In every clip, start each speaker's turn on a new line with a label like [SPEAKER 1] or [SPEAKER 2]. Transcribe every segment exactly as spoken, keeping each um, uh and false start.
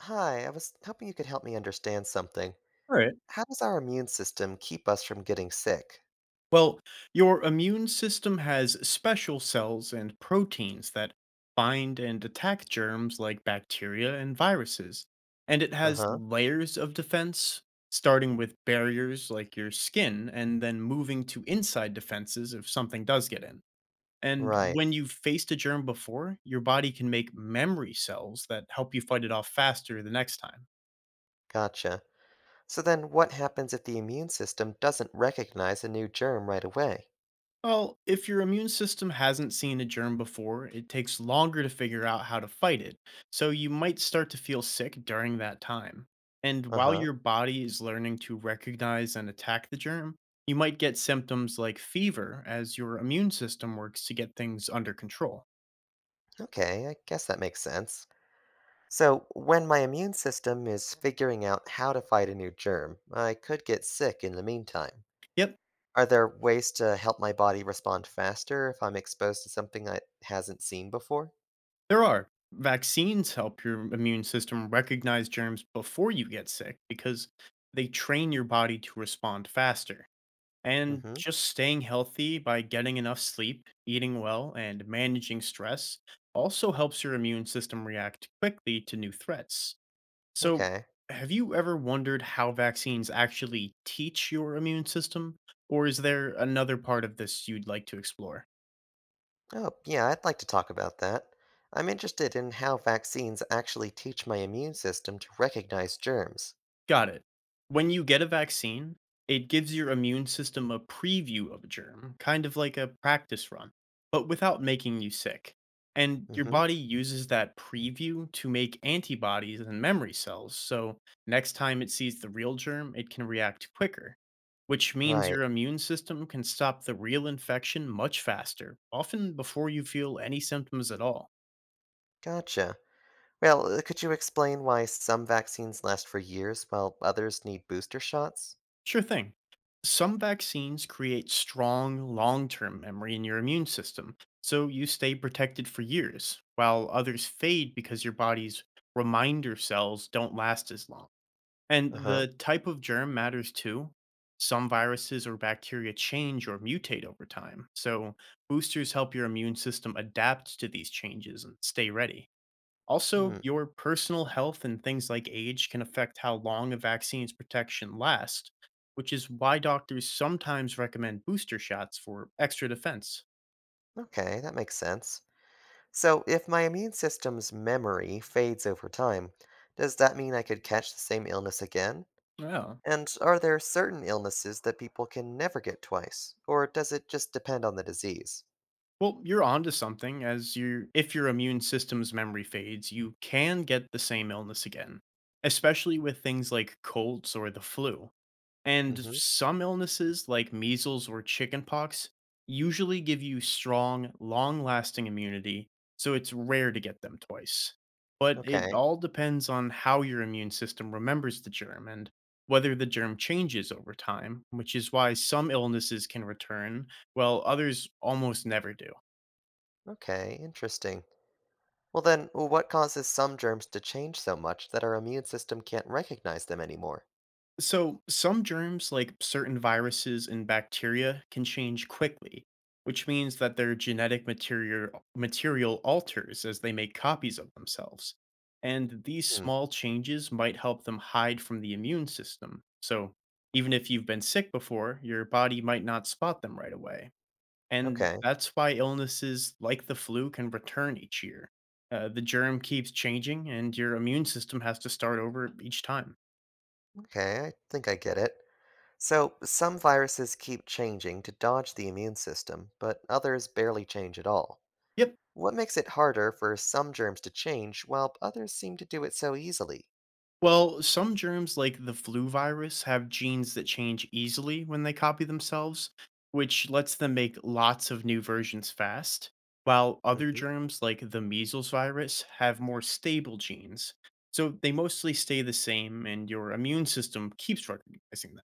[SPEAKER 1] Hi, I was hoping you could help me understand something.
[SPEAKER 2] All right.
[SPEAKER 1] How does our immune system keep us from getting sick?
[SPEAKER 2] Well, your immune system has special cells and proteins that bind and attack germs like bacteria and viruses. And it
[SPEAKER 1] Uh
[SPEAKER 2] has
[SPEAKER 1] huh.
[SPEAKER 2] layers of defense, starting with barriers like your skin and then moving to inside defenses if something does get in. And
[SPEAKER 1] Right.
[SPEAKER 2] when you've faced a germ before, your body can make memory cells that help you fight it off faster the next time.
[SPEAKER 1] Gotcha. So then, what happens if the immune system doesn't recognize a new germ right away?
[SPEAKER 2] Well, if your immune system hasn't seen a germ before, it takes longer to figure out how to fight it, so you might start to feel sick during that time. And
[SPEAKER 1] Uh
[SPEAKER 2] while
[SPEAKER 1] huh.
[SPEAKER 2] your body is learning to recognize and attack the germ, you might get symptoms like fever as your immune system works to get things under control.
[SPEAKER 1] Okay, I guess that makes sense. So, when my immune system is figuring out how to fight a new germ, I could get sick in the meantime.
[SPEAKER 2] Yep,
[SPEAKER 1] Are there ways to help my body respond faster if I'm exposed to something I hasn't seen before?
[SPEAKER 2] there are. Vaccines help your immune system recognize germs before you get sick because they train your body to respond faster.
[SPEAKER 1] Mm
[SPEAKER 2] And
[SPEAKER 1] hmm.
[SPEAKER 2] just staying healthy by getting enough sleep, eating well, and managing stress also helps your immune system react quickly to new threats. So,
[SPEAKER 1] Okay.
[SPEAKER 2] have you ever wondered how vaccines actually teach your immune system? Or is there another part of this you'd like to explore?
[SPEAKER 1] Oh, yeah, I'd like to talk about that. I'm interested in how vaccines actually teach my immune system to recognize germs.
[SPEAKER 2] Got it. When you get a vaccine, it gives your immune system a preview of a germ, kind of like a practice run, but without making you sick. And your
[SPEAKER 1] Hmm.
[SPEAKER 2] body uses that preview to make antibodies and memory cells, so next time it sees the real germ, it can react quicker, which means
[SPEAKER 1] Right.
[SPEAKER 2] your immune system can stop the real infection much faster, often before you feel any symptoms at all.
[SPEAKER 1] Gotcha. Well, uh, could you explain why some vaccines last for years while others need booster shots?
[SPEAKER 2] Sure thing. Some vaccines create strong long term memory in your immune system, so you stay protected for years, while others fade because your body's reminder cells don't last as long. And
[SPEAKER 1] Uh huh.
[SPEAKER 2] the type of germ matters too. Some viruses or bacteria change or mutate over time, so boosters help your immune system adapt to these changes and stay ready. Also,
[SPEAKER 1] Hmm.
[SPEAKER 2] your personal health and things like age can affect how long a vaccine's protection lasts, which is why doctors sometimes recommend booster shots for extra defense.
[SPEAKER 1] Okay, that makes sense. So, if my immune system's memory fades over time, does that mean I could catch the same illness again?
[SPEAKER 2] Oh,
[SPEAKER 1] And are there certain illnesses that people can never get twice, or does it just depend on the disease?
[SPEAKER 2] well, you're onto something. As you If your immune system's memory fades, you can get the same illness again, especially with things like colds or the flu. And some illnesses, like measles or chickenpox, usually give you strong, long lasting immunity, so it's rare to get them twice. But it
[SPEAKER 1] Okay.
[SPEAKER 2] all depends on how your immune system remembers the germ and whether the germ changes over time, which is why some illnesses can return, while others almost never do.
[SPEAKER 1] Okay, interesting. Well then, what causes some germs to change so much that our immune system can't recognize them anymore?
[SPEAKER 2] So, some germs, like certain viruses and bacteria, can change quickly, which means that their genetic material, material alters as they make copies of themselves. And these
[SPEAKER 1] Hmm.
[SPEAKER 2] small changes might help them hide from the immune system. So, even if you've been sick before, your body might not spot them right away. And
[SPEAKER 1] Okay.
[SPEAKER 2] that's why illnesses like the flu can return each year. Uh, the germ keeps changing, and your immune system has to start over each time.
[SPEAKER 1] Okay, I think I get it. So, some viruses keep changing to dodge the immune system, but others barely change at all.
[SPEAKER 2] Yep.
[SPEAKER 1] What makes it harder for some germs to change while others seem to do it so easily?
[SPEAKER 2] Well, some germs like the flu virus have genes that change easily when they copy themselves, which lets them make lots of new versions fast, while other
[SPEAKER 1] Hmm.
[SPEAKER 2] germs like the measles virus have more stable genes. So they mostly stay the same and your immune system keeps recognizing them.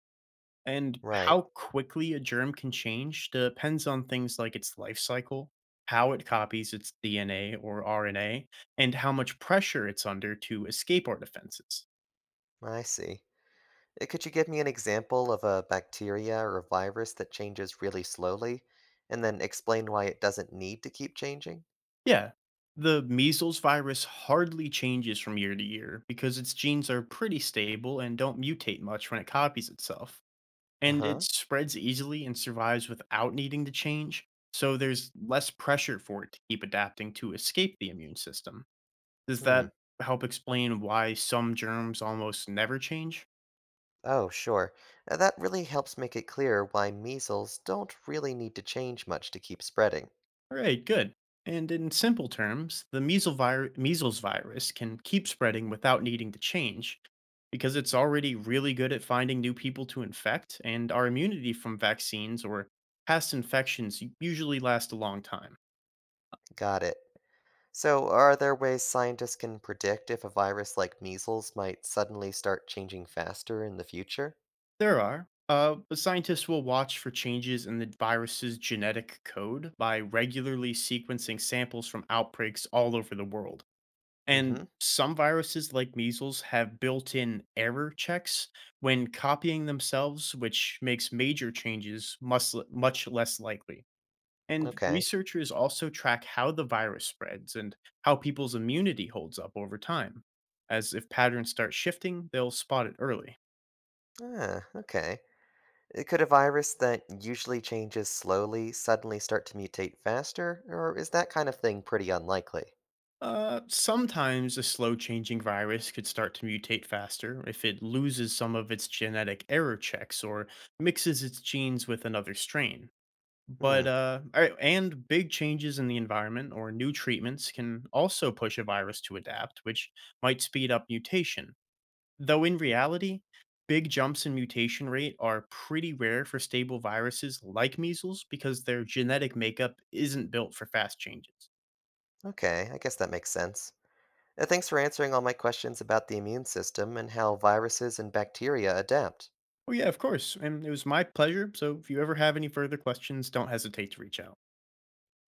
[SPEAKER 2] And
[SPEAKER 1] Right.
[SPEAKER 2] how quickly a germ can change depends on things like its life cycle, how it copies its D N A or R N A, and how much pressure it's under to escape our defenses.
[SPEAKER 1] I see. Uh, Could you give me an example of a bacteria or a virus that changes really slowly, and then explain why it doesn't need to keep changing?
[SPEAKER 2] Yeah. The measles virus hardly changes from year to year because its genes are pretty stable and don't mutate much when it copies itself.
[SPEAKER 1] Uh
[SPEAKER 2] And it
[SPEAKER 1] huh.
[SPEAKER 2] spreads easily and survives without needing to change, so there's less pressure for it to keep adapting to escape the immune system. Does
[SPEAKER 1] Hmm.
[SPEAKER 2] that help explain why some germs almost never change?
[SPEAKER 1] Oh, sure. Uh, that really helps make it clear why measles don't really need to change much to keep spreading.
[SPEAKER 2] All right, good. And in simple terms, the measles, vir- measles virus can keep spreading without needing to change because it's already really good at finding new people to infect, and our immunity from vaccines or past infections u- usually lasts a long time.
[SPEAKER 1] Got it. So, are there ways scientists can predict if a virus like measles might suddenly start changing faster in the future?
[SPEAKER 2] There are. Uh, but scientists will watch for changes in the virus's genetic code by regularly sequencing samples from outbreaks all over the world.
[SPEAKER 1] Mm
[SPEAKER 2] And
[SPEAKER 1] hmm.
[SPEAKER 2] some viruses, like measles, have built in error checks when copying themselves, which makes major changes much, much less likely. And
[SPEAKER 1] Okay.
[SPEAKER 2] researchers also track how the virus spreads and how people's immunity holds up over time. As if patterns start shifting, they'll spot it early.
[SPEAKER 1] Ah, okay. Uh, could a virus that usually changes slowly suddenly start to mutate faster, or is that kind of thing pretty unlikely?
[SPEAKER 2] Uh, sometimes a slow changing virus could start to mutate faster if it loses some of its genetic error checks or mixes its genes with another strain. But
[SPEAKER 1] Hmm,
[SPEAKER 2] uh, all right, and big changes in the environment or new treatments can also push a virus to adapt, which might speed up mutation. Though in reality, big jumps in mutation rate are pretty rare for stable viruses like measles because their genetic makeup isn't built for fast changes.
[SPEAKER 1] okay, I guess that makes sense. Uh, Thanks for answering all my questions about the immune system and how viruses and bacteria adapt.
[SPEAKER 2] Oh, yeah, of course. And it was my pleasure. So if you ever have any further questions, don't hesitate to reach out.